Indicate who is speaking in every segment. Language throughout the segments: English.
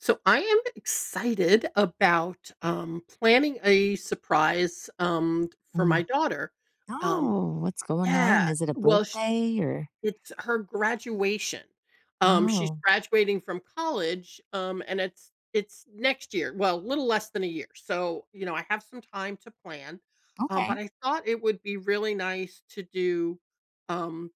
Speaker 1: So I am excited about planning a surprise for my
Speaker 2: Mm.
Speaker 1: daughter. Um,
Speaker 2: Oh, what's going on?
Speaker 1: yeah,
Speaker 2: Is it a
Speaker 1: well,
Speaker 2: birthday or?
Speaker 1: it's her graduation. She's
Speaker 2: Oh,
Speaker 1: graduating from college, and it's next year. Well, a little less than a year. So, you know, I have some time to plan. But
Speaker 2: okay,
Speaker 1: I thought it would be really nice to do um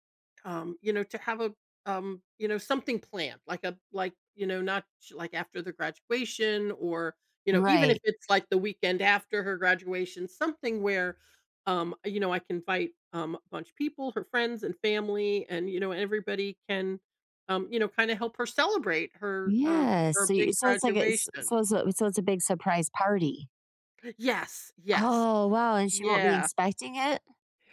Speaker 1: you know, to have a you know, something planned, like a you know, not sh- like after the graduation or, you know, even if
Speaker 2: right.
Speaker 1: it's like the weekend after her graduation, something where you know, I can invite a bunch of people, her friends and family, and you know, everybody can, you know, kind of help her celebrate her her
Speaker 2: Yeah.
Speaker 1: her
Speaker 2: So, you,
Speaker 1: big
Speaker 2: so it's like it's
Speaker 1: graduation.
Speaker 2: so it's a big surprise party.
Speaker 1: Yes, yes,
Speaker 2: Oh wow, and she won't be
Speaker 1: yeah.
Speaker 2: expecting it.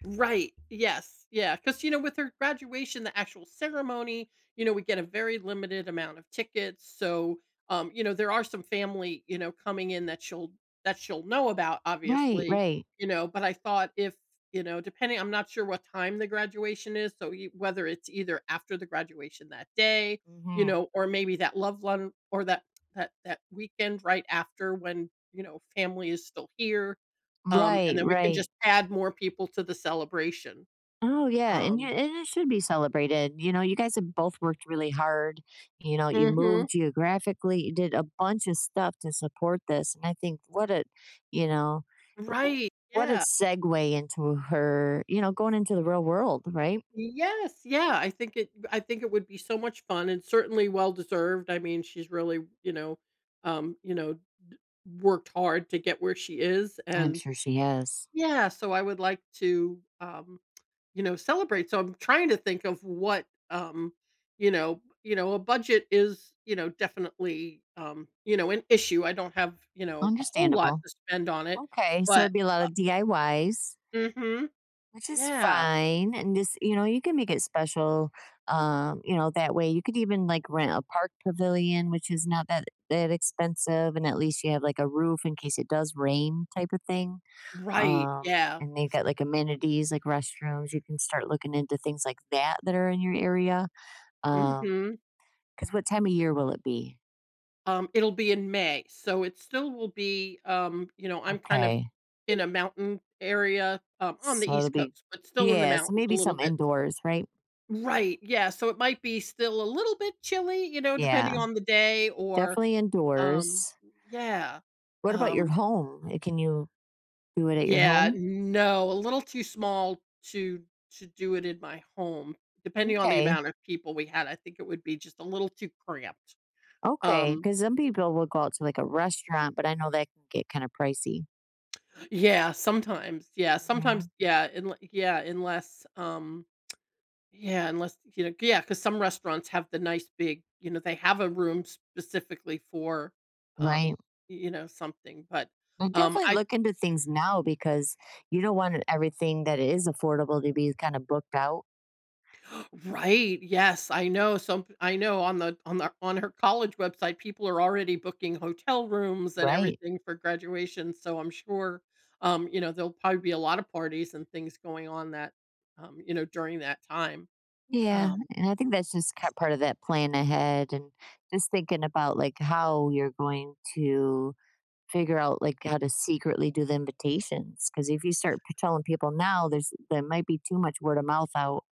Speaker 1: Right. Yes. Yeah. Because, you know, with her graduation, the actual ceremony, you know, we get a very limited amount of tickets. So, you know, there are some family, you know, coming in that she'll know about,
Speaker 2: Right,
Speaker 1: obviously,
Speaker 2: right,
Speaker 1: you know, but I thought if, you know, depending, I'm not sure what time the graduation is. So whether it's either after the graduation that day, you
Speaker 2: hmm
Speaker 1: know, or maybe that love lunch or that weekend right after when, you know, family is still here and
Speaker 2: right,
Speaker 1: then we can
Speaker 2: right.
Speaker 1: just add more people to the celebration.
Speaker 2: Oh yeah, and
Speaker 1: Um
Speaker 2: it should be celebrated. You know, you guys have both worked really hard. You know, you
Speaker 1: Mhm.
Speaker 2: moved geographically, you did a bunch of stuff to support this, and I think what a, you know.
Speaker 1: Right,
Speaker 2: What a
Speaker 1: yeah.
Speaker 2: segue into her, going into the real world, right?
Speaker 1: Yes, yeah, I think it would be so much fun and certainly well deserved. I mean, she's really, you know, d worked hard to get where she is,
Speaker 2: I'm
Speaker 1: and
Speaker 2: sure she has.
Speaker 1: yeah, so I would like to, you know, celebrate. So I'm trying to think of what, you know, a budget is, you know, definitely, you know, an issue. I don't have, you know, a whole lot
Speaker 2: Understandable.
Speaker 1: to spend on it,
Speaker 2: Okay. So
Speaker 1: but
Speaker 2: it'd be a lot of DIYs,
Speaker 1: mhm.
Speaker 2: which is
Speaker 1: Yeah.
Speaker 2: fine. And just, you know, you can make it special. You know, that way you could even like rent a park pavilion, which is not that expensive. And at least you have like a roof in case it does rain type of thing.
Speaker 1: Right. Yeah.
Speaker 2: And they've
Speaker 1: 'Cause-
Speaker 2: got like amenities like restrooms. You can start looking into things like that are in your area. Um,
Speaker 1: Mhm.
Speaker 2: 'Cause what time of year will it be?
Speaker 1: It'll be in May. So it still will be you know, I'm kind of
Speaker 2: Okay,
Speaker 1: in a mountain area on the
Speaker 2: so it'll
Speaker 1: East
Speaker 2: be
Speaker 1: Coast, but still in the
Speaker 2: yeah, so
Speaker 1: mountains a
Speaker 2: maybe
Speaker 1: little
Speaker 2: some
Speaker 1: bit.
Speaker 2: indoors, right?
Speaker 1: Right, yeah, so it might be still a little bit chilly, you know, depending
Speaker 2: Yeah,
Speaker 1: on the day or,
Speaker 2: definitely
Speaker 1: um
Speaker 2: indoors.
Speaker 1: yeah,
Speaker 2: What about your
Speaker 1: um
Speaker 2: home? Eh, can you do it at your
Speaker 1: yeah,
Speaker 2: home?
Speaker 1: no, a little too small to do it in my home, depending on the
Speaker 2: Okay,
Speaker 1: amount of people we had, I think it would be just a little too cramped,
Speaker 2: okay.
Speaker 1: um
Speaker 2: Because some people will go out to, like, a restaurant, but I know that can get kinda pricey.
Speaker 1: yeah, sometimes, yeah, sometimes,
Speaker 2: Mhm,
Speaker 1: yeah, In yeah, unless, yeah, unless you know yeah, because some restaurants have the nice big you know, they have a room specifically for, um,
Speaker 2: right.
Speaker 1: you know, something, but,
Speaker 2: But definitely
Speaker 1: I
Speaker 2: look into things now because you don't want everything that is affordable to be kinda booked out.
Speaker 1: Right, yes, I know on the on the on her college website, people are already booking hotel rooms and
Speaker 2: Right.
Speaker 1: everything for graduation, so I'm sure, you know, there'll probably be a lot of parties and things going on that, you know, during that time.
Speaker 2: Yeah,
Speaker 1: Um
Speaker 2: and I think that's just ki part of that plan ahead and just thinking about, like, how you're going to figure out, like, how to secretly do the invitations. Because if you start p telling people now, there might be too much word of mouth out,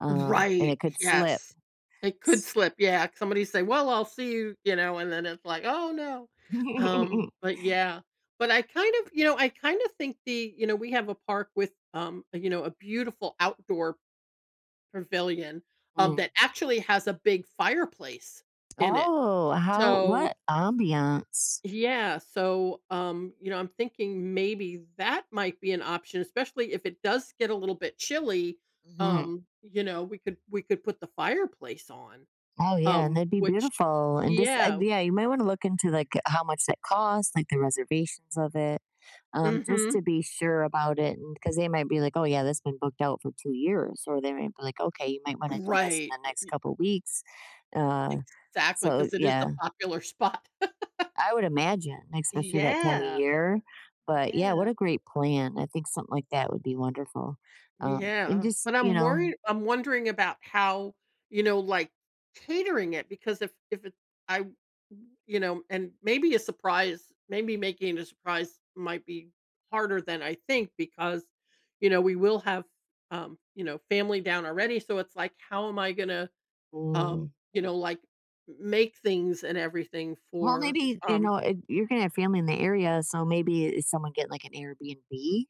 Speaker 2: and
Speaker 1: Right,
Speaker 2: it could slip.
Speaker 1: yes. It could slip, yeah, somebody say, "Well, I'll see you," you know, and then it's like, "Oh, no." But yeah, but I kind of you know, I kind of think the you know, we have a park with, you know, a beautiful outdoor pavilion,
Speaker 2: Mm.
Speaker 1: that actually has a big fireplace in it.
Speaker 2: Oh, how
Speaker 1: So
Speaker 2: what ambiance.
Speaker 1: yeah, so, you know, I'm thinking maybe that might be an option, especially if it does get a little bit chilly,
Speaker 2: Mhm.
Speaker 1: you know, we could put the fireplace on,
Speaker 2: Oh, yeah, and that'd be
Speaker 1: which
Speaker 2: beautiful, and just,
Speaker 1: Yeah.
Speaker 2: yeah, you might wanna look into, like, how much that costs, like, the reservations of it. Um, just to
Speaker 1: Mhm.
Speaker 2: be sure about it. And because they might be like, oh, yeah, that's been booked out for 2 years. Or they might be like, okay, you might want to do this in
Speaker 1: Right,
Speaker 2: the next couple weeks.
Speaker 1: e
Speaker 2: Uh,
Speaker 1: exactly,
Speaker 2: so,
Speaker 1: because it is a
Speaker 2: yeah,
Speaker 1: popular spot.
Speaker 2: I would imagine, especially that time of
Speaker 1: Yeah,
Speaker 2: year. But yeah, what
Speaker 1: yeah.
Speaker 2: a great plan. I think something like that would be wonderful. And
Speaker 1: Yeah,
Speaker 2: just,
Speaker 1: but
Speaker 2: you know,
Speaker 1: I'm wondering about how, you know, like, catering it because if it I you know, and maybe a surprise maybe making it a surprise might be harder than I think because, you know, we will have, you know, family down already, so it's like, how am I gonna,
Speaker 2: mm,
Speaker 1: you know, like, make things and everything
Speaker 2: Well,
Speaker 1: for,
Speaker 2: maybe,
Speaker 1: um
Speaker 2: you're going to have family in the area. So maybe it's someone getting like an Airbnb.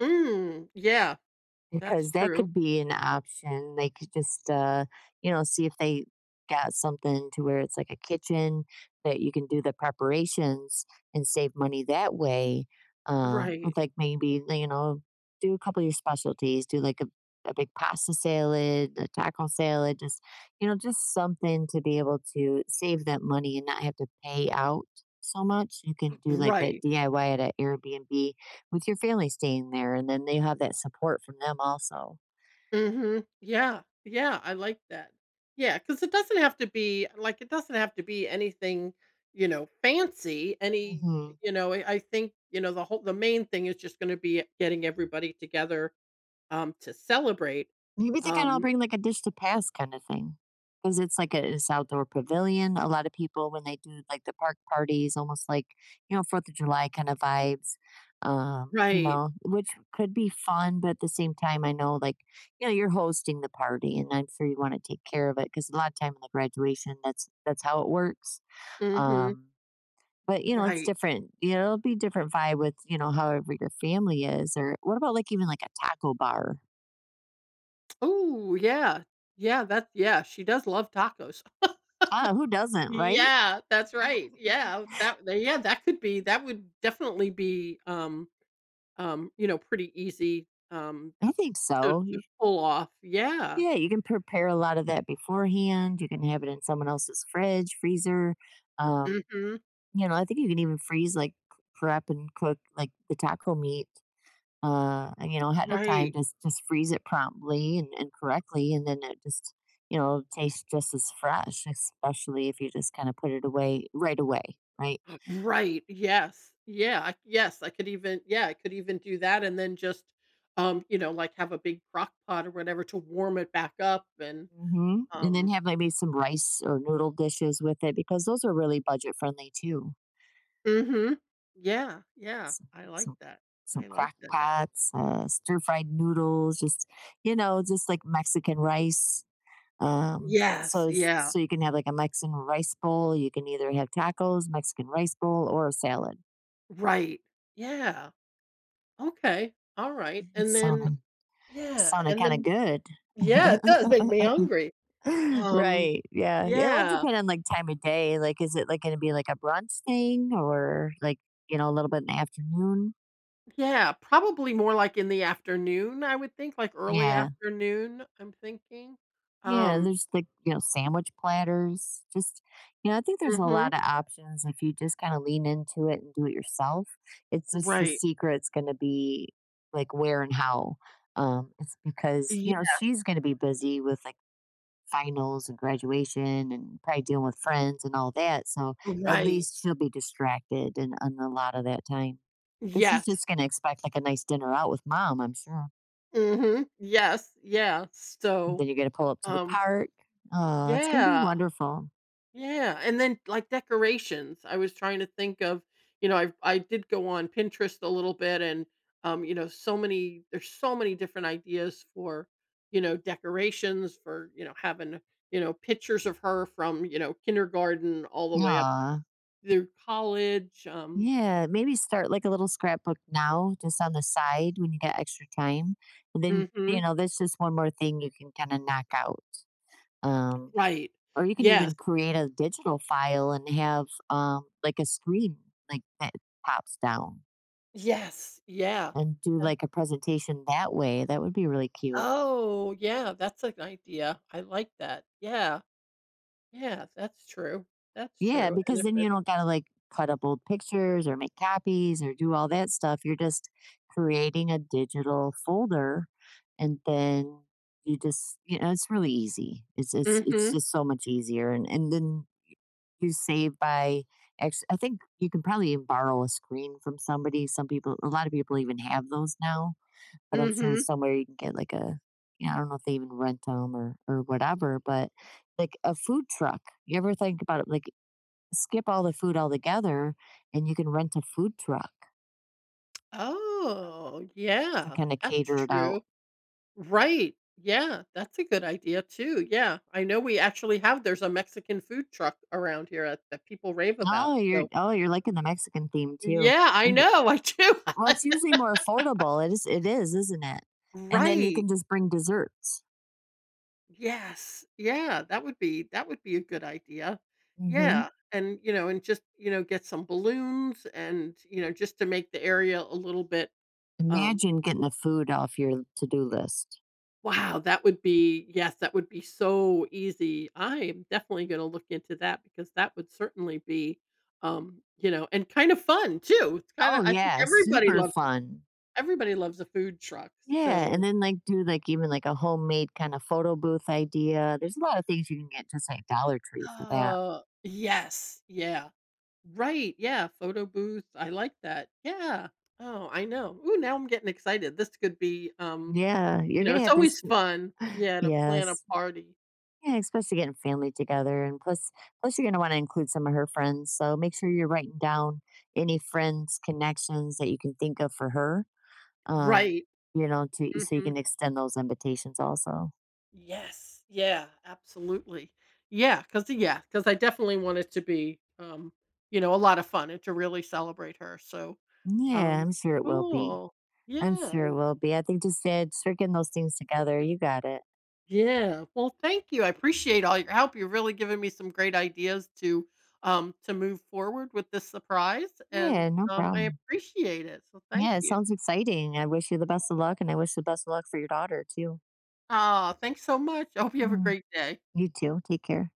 Speaker 1: mm, yeah, that's
Speaker 2: Because that
Speaker 1: true.
Speaker 2: could be an option. They could just, you know, see if they got something to where it's like a kitchen that you can do the preparations and save money that way.
Speaker 1: Right,
Speaker 2: With like maybe, like, you know, do a couple of your specialties, do like a big pasta salad, a taco salad, just, you know, just something to be able to save that money and not have to pay out so much. You can do like that
Speaker 1: right.
Speaker 2: DIY at an Airbnb with your family staying there, and then they have that support from them also.
Speaker 1: Mhm. Yeah. Yeah, I like that. Yeah, because it doesn't have to be like, it doesn't have to be anything, you know, fancy, any
Speaker 2: Mhm.
Speaker 1: you know, I think, you know, the whole the main thing is just gonna be getting everybody together, to celebrate.
Speaker 2: Maybe they can all
Speaker 1: Um
Speaker 2: bring, like, a dish to pass kinda thing, because it's outdoor pavilion. A lot of people, when they do, like, the park parties, almost like, you know, 4th of July kinda vibes, you
Speaker 1: Right.
Speaker 2: know, which could be fun, but at the same time, I know, like, you know, you're hosting the party, and I'm sure you wanna take care of it because a lot of time in the graduation, that's how it works,
Speaker 1: Mhm.
Speaker 2: um. But, you know, it's
Speaker 1: Right.
Speaker 2: different. You know, it'll be different vibe with, you know, however your family is, or what about like even like a taco bar?
Speaker 1: Oh yeah. Yeah, that's yeah, she does love tacos.
Speaker 2: Ah, who doesn't, right?
Speaker 1: Yeah, that's right. Yeah, yeah, that could be that would definitely be, you know, pretty easy,
Speaker 2: I think so.
Speaker 1: To
Speaker 2: Y-
Speaker 1: pull off, yeah.
Speaker 2: Yeah, you can prepare a lot of that beforehand. You can have it in someone else's fridge, freezer. Um,
Speaker 1: Mhm.
Speaker 2: you know, I think you can even freeze like prep and cook like the taco meat and, you know, ahead of time,
Speaker 1: Right.
Speaker 2: just freeze it promptly and correctly, and then it just, you know, tastes just as fresh, especially if you just kind of put it away right away, right?
Speaker 1: Right, yes. Yeah, I could even yeah, I could even do that and then just, you know, like, have a big crock pot or whatever to warm it back up and,
Speaker 2: Hmm. And then
Speaker 1: um
Speaker 2: have maybe some rice or noodle dishes with it because those are really budget friendly too.
Speaker 1: mhm. Yeah, yeah,
Speaker 2: Some
Speaker 1: I like
Speaker 2: some,
Speaker 1: that.
Speaker 2: some
Speaker 1: I like
Speaker 2: crock
Speaker 1: that.
Speaker 2: pots, stir fried noodles, just you know, just like Mexican rice.
Speaker 1: Yes, yeah,
Speaker 2: So you can have like a Mexican rice bowl. You can either have tacos, Mexican rice bowl, or a salad.
Speaker 1: right. Yeah, okay, alright,
Speaker 2: It's sounding sounding
Speaker 1: and
Speaker 2: kind of
Speaker 1: then
Speaker 2: good.
Speaker 1: yeah, it does make me hungry. Um,
Speaker 2: right. Yeah. It'll
Speaker 1: yeah.
Speaker 2: depend on like time of day. Like, is it like going to be like a brunch thing, or like, you know, a little bit in the afternoon?
Speaker 1: Yeah, probably more like in the afternoon, I would think, like early
Speaker 2: Yeah.
Speaker 1: afternoon, I'm thinking.
Speaker 2: Yeah.
Speaker 1: Um,
Speaker 2: There's like, you know, sandwich platters. Just, you know, I think there's a
Speaker 1: mhm,
Speaker 2: lot of options if you just kind of lean into it and do it yourself. It's just the
Speaker 1: right.
Speaker 2: secret's going to be like where and how. It's because,
Speaker 1: Ye
Speaker 2: you know, she's going to be busy with like finals and graduation and probably dealing with friends and all that. So at
Speaker 1: Right.
Speaker 2: least she'll be distracted and on a lot of that time. But she's
Speaker 1: Yes.
Speaker 2: just going to expect like a nice dinner out with mom, I'm sure.
Speaker 1: Mhm, yes, yeah, so,
Speaker 2: Then you're going to pull up to the
Speaker 1: um,
Speaker 2: park. Oh, it's going to be
Speaker 1: yeah.
Speaker 2: wonderful.
Speaker 1: Yeah, and then, like, decorations, I was trying to think of you know, I did go on Pinterest a little bit and, you know, so many different ideas for, you know, decorations for, you know, having, you know, pictures of her from, you know, kindergarten all the way up
Speaker 2: Aw.
Speaker 1: through college,
Speaker 2: Yeah, maybe start like a little scrapbook now, just on the side when you got extra time. And then,
Speaker 1: mhm,
Speaker 2: you know, that's just one more thing you can kind of knock out. Um,
Speaker 1: right.
Speaker 2: Or you can
Speaker 1: Yes.
Speaker 2: even create a digital file and have, like a screen, like, that pops down
Speaker 1: Yes, yeah.
Speaker 2: and do,
Speaker 1: Uh,
Speaker 2: like, a presentation that way. That would be really cute.
Speaker 1: oh, yeah, that's an idea, I like that, yeah, yeah, that's true,
Speaker 2: Yeah,
Speaker 1: and
Speaker 2: because
Speaker 1: if
Speaker 2: then you
Speaker 1: it
Speaker 2: don't gotta, like, cut up old pictures or make copies or do all that stuff. You're just creating a digital folder, and then you just you know, it's really easy. It's
Speaker 1: mhm,
Speaker 2: just so much easier, and then you save by ex- I think you can probably even borrow a screen from somebody. Some people, a lot of people even have those now, but I'm sure
Speaker 1: mhm.
Speaker 2: somewhere you can get like a, you know, I don't know if they even rent them or whatever, but like a food truck, you ever think about it? Like, skip all the food altogether, and you can rent a food truck
Speaker 1: Oh,
Speaker 2: to
Speaker 1: yeah,
Speaker 2: kind of
Speaker 1: that's
Speaker 2: cater it out.
Speaker 1: true. Right, yeah, that's a good idea too, yeah. I know we actually have there's a Mexican food truck around here at that people rave about,
Speaker 2: Oh, you're
Speaker 1: so
Speaker 2: liking the Mexican theme too.
Speaker 1: yeah, I
Speaker 2: And, th-
Speaker 1: know, I do.
Speaker 2: well, it's usually more affordable. It is isn't it, and then you
Speaker 1: Right,
Speaker 2: can just bring desserts.
Speaker 1: yes, yeah, that would be a good idea.
Speaker 2: Hmm.
Speaker 1: Yeah, and, you know, and just, you know, get some balloons and, you know, just to make the area a little bit, um
Speaker 2: Imagine getting the food off your to-do list.
Speaker 1: wow, that would be yes, that would be so easy. I'm definitely gonna look into that because that would certainly be, you know, and kind of fun too. It's kinda
Speaker 2: Oh,
Speaker 1: I think
Speaker 2: yeah, super fun.
Speaker 1: everybody loves a food truck.
Speaker 2: Yeah,
Speaker 1: So,
Speaker 2: and then, like, do, like, even, like, a homemade kinda photo booth idea. There's a lot of things you can get just like Dollar Tree for that.
Speaker 1: yes, yeah, right, yeah, photo booth. I like that. Yeah. Oh, I know. Ooh, now I'm getting excited. This could be,
Speaker 2: Yeah,
Speaker 1: you
Speaker 2: you're
Speaker 1: know,
Speaker 2: gonna
Speaker 1: it's
Speaker 2: have to s
Speaker 1: always fun. Yeah, to plan a
Speaker 2: Yes.
Speaker 1: party.
Speaker 2: Yeah, especially getting family together, and plus you're gonna wanna include some of her friends, so make sure you're writing down any friends, connections that you can think of for her, um,
Speaker 1: Right.
Speaker 2: you know, to so you
Speaker 1: Mhm.
Speaker 2: can extend those invitations also.
Speaker 1: Yes. Yeah, absolutely. Yeah. Cause I definitely want it to be, you know, a lot of fun and to really celebrate her, so,
Speaker 2: Yeah,
Speaker 1: um
Speaker 2: I'm sure it will be.
Speaker 1: cool.
Speaker 2: I'm
Speaker 1: Yeah.
Speaker 2: sure it will be. I think just, yeah, start getting those things together. You got it.
Speaker 1: Yeah. Well, thank you. I appreciate all your help. You're really giving me some great ideas to move forward with this surprise, and,
Speaker 2: Yeah, no
Speaker 1: I
Speaker 2: problem.
Speaker 1: appreciate it, so thank
Speaker 2: Yeah, it
Speaker 1: you.
Speaker 2: sounds exciting. I wish you the best of luck, and I wish the best of luck for your daughter too.
Speaker 1: Ah, thanks so much. I hope you have a
Speaker 2: Mhm.
Speaker 1: great day.
Speaker 2: You too. Take care.